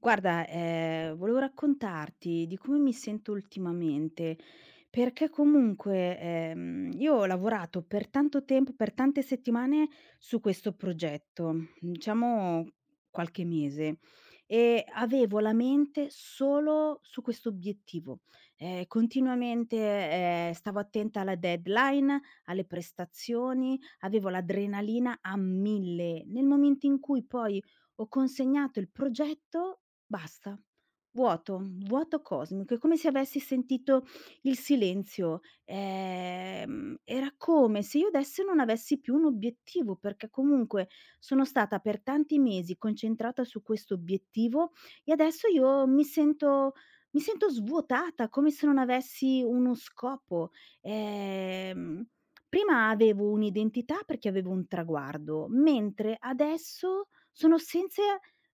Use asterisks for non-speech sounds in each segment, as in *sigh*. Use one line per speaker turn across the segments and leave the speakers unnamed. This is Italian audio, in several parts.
Guarda, volevo raccontarti di come mi sento ultimamente, perché comunque, io ho lavorato per tanto tempo, per tante settimane su questo progetto, diciamo qualche mese, e avevo la mente solo su questo obiettivo. Continuamente, stavo attenta alla deadline, alle prestazioni, avevo l'adrenalina a 1000. Nel momento in cui poi ho consegnato il progetto. Basta. Vuoto, un vuoto cosmico. È come se avessi sentito il silenzio. Era come se io adesso non avessi più un obiettivo, perché comunque sono stata per tanti mesi concentrata su questo obiettivo e adesso io mi sento svuotata, come se non avessi uno scopo. Ehm, prima avevo un'identità perché avevo un traguardo, mentre adesso sono senza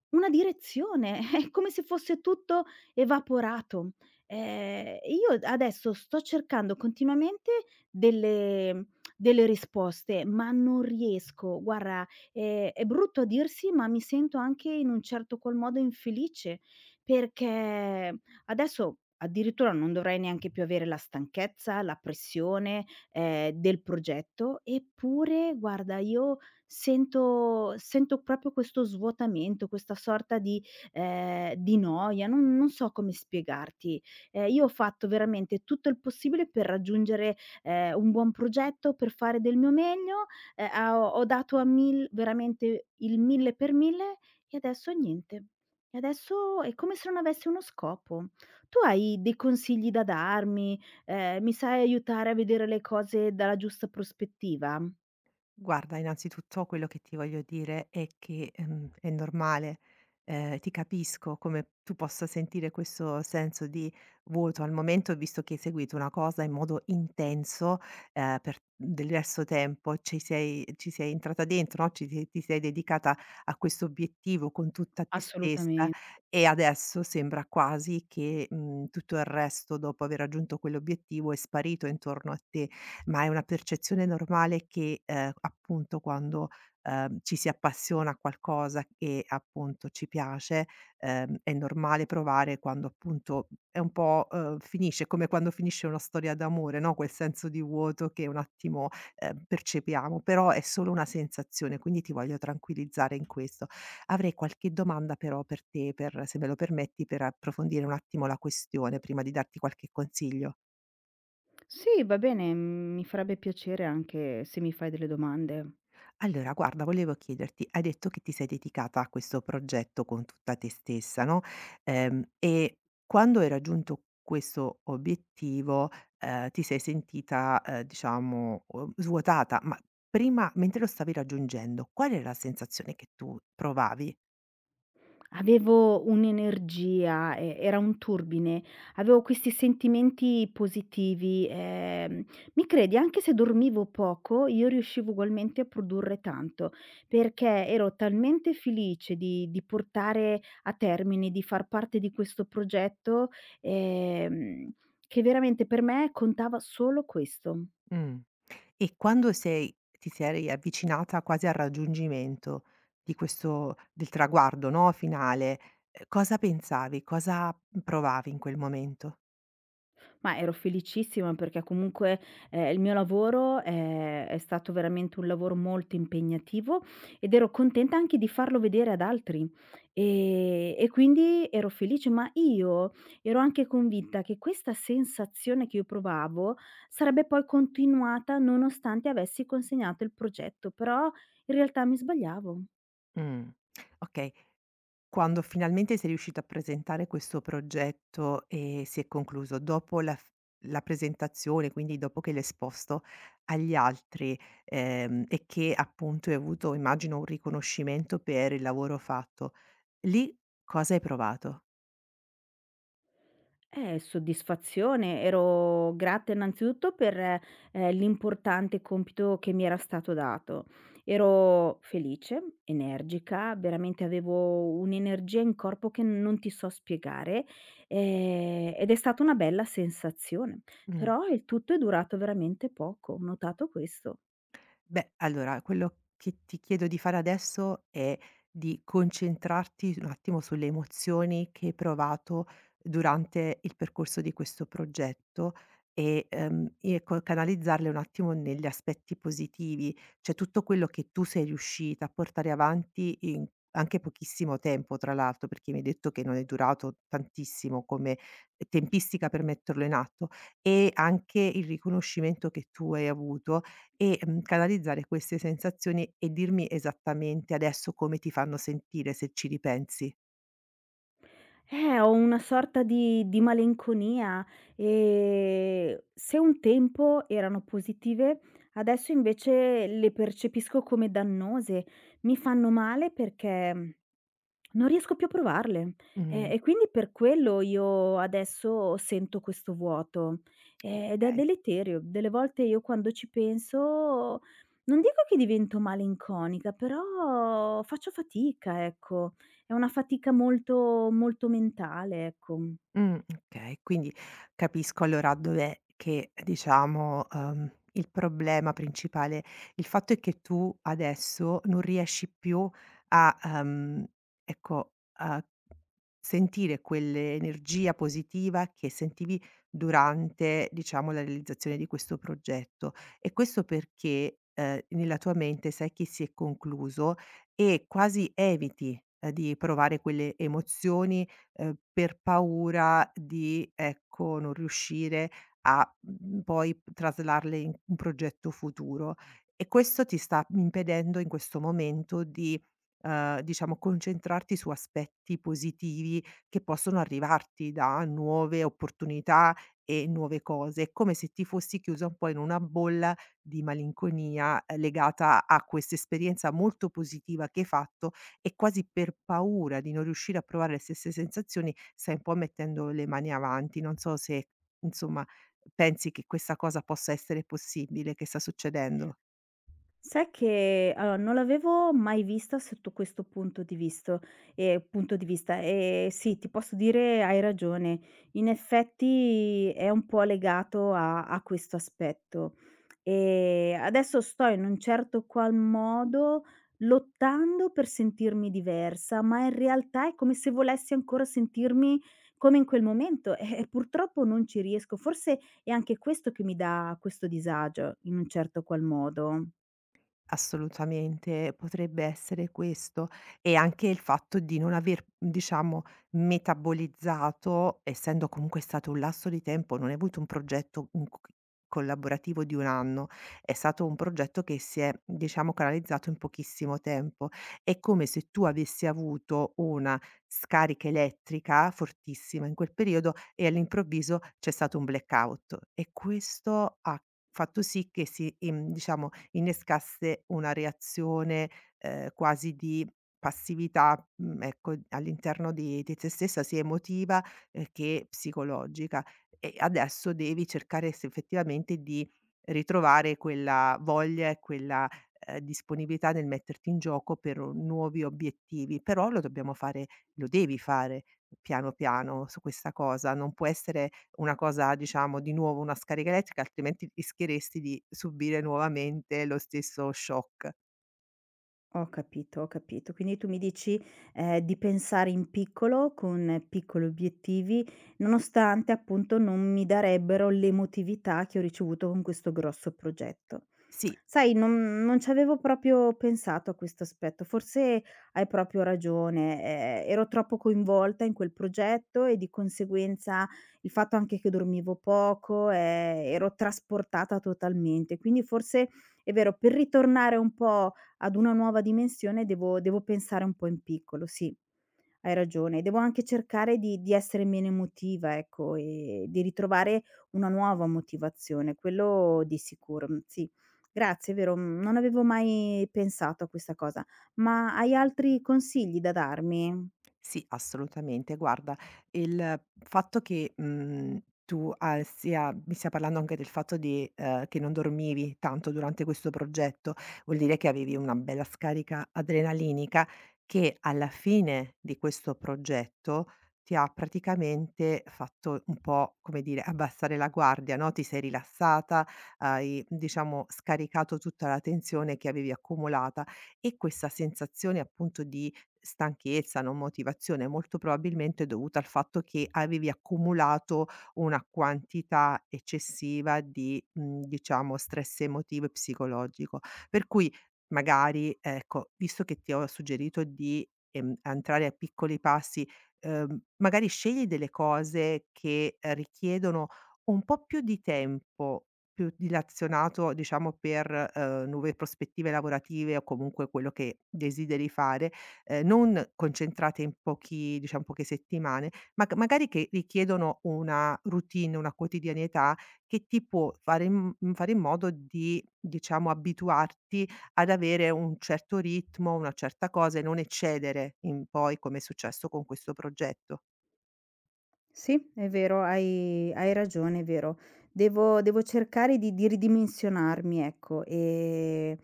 una direzione, è come se fosse tutto evaporato. Io adesso sto cercando continuamente delle delle risposte, ma non riesco. Guarda, è brutto a dirsi, ma mi sento anche in un certo qual modo infelice, perché adesso addirittura non dovrei neanche più avere la stanchezza, la pressione, del progetto, eppure guarda io sento proprio questo svuotamento, questa sorta di noia, non so come spiegarti. Io ho fatto veramente tutto il possibile per raggiungere, un buon progetto, per fare del mio meglio, a ho ho dato a mil veramente il 1000 per 1000 e adesso niente. E adesso è come se non avessi uno scopo. Tu hai dei consigli da darmi? Mi sai aiutare a vedere le cose dalla giusta prospettiva?
Guarda, innanzitutto quello che ti voglio dire è che, è normale, ti capisco come tu possa sentire questo senso di vuoto al momento, visto che hai seguito una cosa in modo intenso, per diverso tempo, ci sei entrata dentro, no, ci ti ti sei dedicata a questo obiettivo con tutta te stessa
Assolutamen
e adesso sembra quasi che tutto il resto, dopo aver raggiunto quell'obiettivo, è sparito intorno a te, ma è una percezione normale che, appunto quando, ci si appassiona a qualcosa che appunto ci piace, è normale provare quando appunto è un po', finisce come quando finisce una storia d'amore, no, quel senso di vuoto che un attimo, percepiamo, però è solo una sensazione, quindi ti voglio tranquillizzare in questo. Avrei qualche domanda però per te, per se me lo permetti, per approfondire un attimo la questione prima di darti qualche consiglio.
Sì, va bene, mhmm, mi farebbe piacere anche se mi fai delle domande.
Allora, guarda, volevo chiederti, hai detto che ti sei dedicata a questo progetto con tutta te stessa, no, e quando hai raggiunto questo obiettivo, ti sei sentita, diciamo, svuotata, ma prima mentre lo stavi raggiungendo, qual era la sensazione che tu provavi?
Avevo un'energia, e era un turbine, avevo questi sentimenti positivi, mi credi anche se dormivo poco io riuscivo ugualmente a produrre tanto, perché ero talmente felice di portare a termine, di far parte di questo progetto, ehm, che veramente per me contava solo questo.
Mh. E quando sei ti sei avvicinata quasi al raggiungimento di questo del traguardo, no, finale, cosa pensavi? Cosa provavi in quel momento?
Ma ero felicissima perché comunque, il mio lavoro è stato veramente un lavoro molto impegnativo ed ero contenta anche di farlo vedere ad altri, e quindi ero felice, ma io ero anche convinta che questa sensazione che io provavo sarebbe poi continuata nonostante avessi consegnato il progetto, però in realtà mi sbagliavo.
Mh, okay. Quando finalmente sei riuscito a presentare questo progetto e si è concluso, dopo la presentazione, quindi dopo che l'hai esposto agli altri, e che appunto hai avuto immagino un riconoscimento per il lavoro fatto, lì cosa hai provato?
Soddisfazione. Ero grata innanzitutto per, l'importante compito che mi era stato dato. Ero felice, energica, veramente avevo un'energia in corpo che non ti so spiegare, ed è stata una bella sensazione.
Mh.
Però il tutto è durato veramente poco, ho notato questo.
Beh, allora quello che ti chiedo di fare adesso è di concentrarti un attimo sulle emozioni che hai provato durante il percorso di questo progetto e canalizzarle un attimo negli aspetti positivi, cioè tutto quello che tu sei riuscita a portare avanti in anche pochissimo tempo, tra l'altro, perché mi hai detto che non è durato tantissimo come tempistica per metterlo in atto e anche il riconoscimento che tu hai avuto e canalizzare queste sensazioni e dirmi esattamente adesso come ti fanno sentire, se ci ripensi.
Ho una sorta di malinconia, se un tempo erano positive, adesso invece le percepisco come dannose. Mi fanno male perché non riesco più a provarle. E
Mh.
e quindi per quello io adesso sento questo vuoto, ed è
Okay.
deleterio. Delle volte io quando ci penso, non dico che divento malinconica, però faccio fatica, ecco. È una fatica molto molto mentale, ecco.
Mh, okay, quindi capisco allora dov'è che diciamo, il problema principale, il fatto è che tu adesso non riesci più a ecco, a sentire quell'energia positiva che sentivi durante, diciamo, la realizzazione di questo progetto. E questo perché, nella tua mente sai che si è concluso e quasi eviti, di provare quelle emozioni, per paura di, ecco, non riuscire a poi traslarle in un progetto futuro. E questo ti sta impedendo in questo momento di, diciamo concentrarti su aspetti positivi che possono arrivarti da nuove opportunità e nuove cose. È come se ti fossi chiusa un po' in una bolla di malinconia, legata a quest'esperienza molto positiva che hai fatto, e quasi per paura di non riuscire a provare le stesse sensazioni, stai un po' mettendo le mani avanti. Non so se, insomma, pensi che questa cosa possa essere possibile, che sta succedendo.
Sai che allora non l'avevo mai vista sotto questo punto di visto, punto di vista, sì, ti posso dire hai ragione. In effetti è un po' legato a questo aspetto. Adesso sto in un certo qual modo lottando per sentirmi diversa, ma in realtà è come se volessi ancora sentirmi come in quel momento *laughs* e purtroppo non ci riesco. Forse è anche questo che mi dà questo disagio, in un certo qual modo.
Assolutamente, potrebbe essere questo. E anche il fatto di non aver, diciamo, metabolizzato, essendo comunque stato un lasso di tempo, non hai avuto un progetto in c collaborativo di 1 anno, è stato un progetto che si è, diciamo, canalizzato in pochissimo tempo. È come se tu avessi avuto una scarica elettrica fortissima in quel periodo e all'improvviso c'è stato un blackout e questo ha fatto sì che si, diciamo innescasse una reazione, quasi di passività ecco, all'interno di te stessa, sia emotiva, che psicologica. E adesso devi cercare se effettivamente di ritrovare quella voglia e quella, disponibilità nel metterti in gioco per nuovi obiettivi, però lo devi fare piano piano su questa cosa, non può essere una cosa diciamo di nuovo una scarica elettrica, altrimenti rischieresti di subire nuovamente lo stesso shock.
Ho capito, ho capito. Quindi tu mi dici, di pensare in piccolo, con piccoli obiettivi, nonostante appunto non mi darebbero l'emotività che ho ricevuto con questo grosso progetto.
Sì,
Sai, non ci avevo proprio pensato a questo aspetto, forse hai proprio ragione, ero troppo coinvolta in quel progetto e di conseguenza il fatto anche che dormivo poco, ero trasportata totalmente. Quindi forse è vero, per ritornare un po' ad una nuova dimensione devo pensare un po' in piccolo, sì, hai ragione. Devo anche cercare di essere meno emotiva, ecco, e di ritrovare una nuova motivazione, quello di sicuro, mhmm, sì. Grazie, è vero, mhmm, non avevo mai pensato a questa cosa, ma hai altri consigli da darmi?
sì, assolutamente. Guarda, il fatto che tu sia mi stia parlando anche del fatto di che non dormivi tanto durante questo progetto, vuol dire che avevi una bella scarica adrenalinica che alla fine di questo progetto ti ha praticamente fatto un po', come dire, abbassare la guardia, no, ti sei rilassata, hai diciamo scaricato tutta la tensione che avevi accumulata e questa sensazione appunto di stanchezza, non motivazione, molto probabilmente dovuta al fatto che avevi accumulato una quantità eccessiva di diciamo stress emotivo e psicologico. Per cui magari, ecco, visto che ti ho suggerito di, entrare a piccoli passi, magari scegli delle cose che, richiedono un po' più di tempo, più dilazionato diciamo per, nuove prospettive lavorative o comunque quello che desideri fare, non concentrate in pochi diciam poche settimane, ma c magari che richiedono una routine, una quotidianità che ti può fare in modo di, diciamo, abituarti ad avere un certo ritmo, una certa cosa e non eccedere in poi, come è successo con questo progetto.
Sì, è vero, hai ragione, è vero. Devo cercare di ridimensionarmi, ecco, e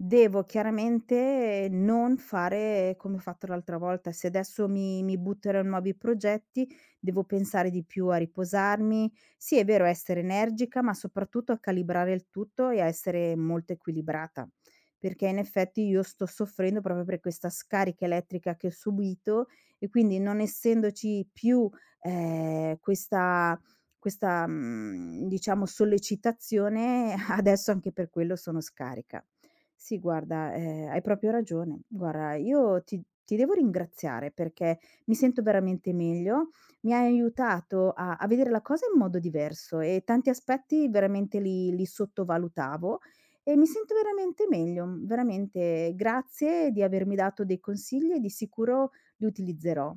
devo chiaramente non fare come ho fatto l'altra volta. Se adesso mi butterò in nuovi progetti, devo pensare di più a riposarmi. Sì, è vero, essere energica, ma soprattutto a calibrare il tutto e a essere molto equilibrata, perché in effetti io sto soffrendo proprio per questa scarica elettrica che ho subito e quindi non essendoci più questa questa, mhmm, diciamo sollecitazione *laughs* adesso anche per quello sono scarica. Sì guarda, hai proprio ragione. Guarda, io ti devo ringraziare perché mi sento veramente meglio, mi hai aiutato a vedere la cosa in modo diverso e tanti aspetti veramente li sottovalutavo e mi sento veramente meglio. Veramente grazie di avermi dato dei consigli e di sicuro li utilizzerò.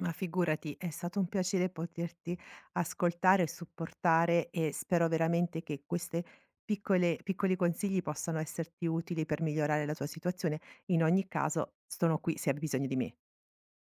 Ma figurati, è stato un piacere poterti ascoltare e supportare e spero veramente che queste piccole piccoli consigli possano esserti utili per migliorare la tua situazione. In ogni caso sono qui se hai bisogno di me.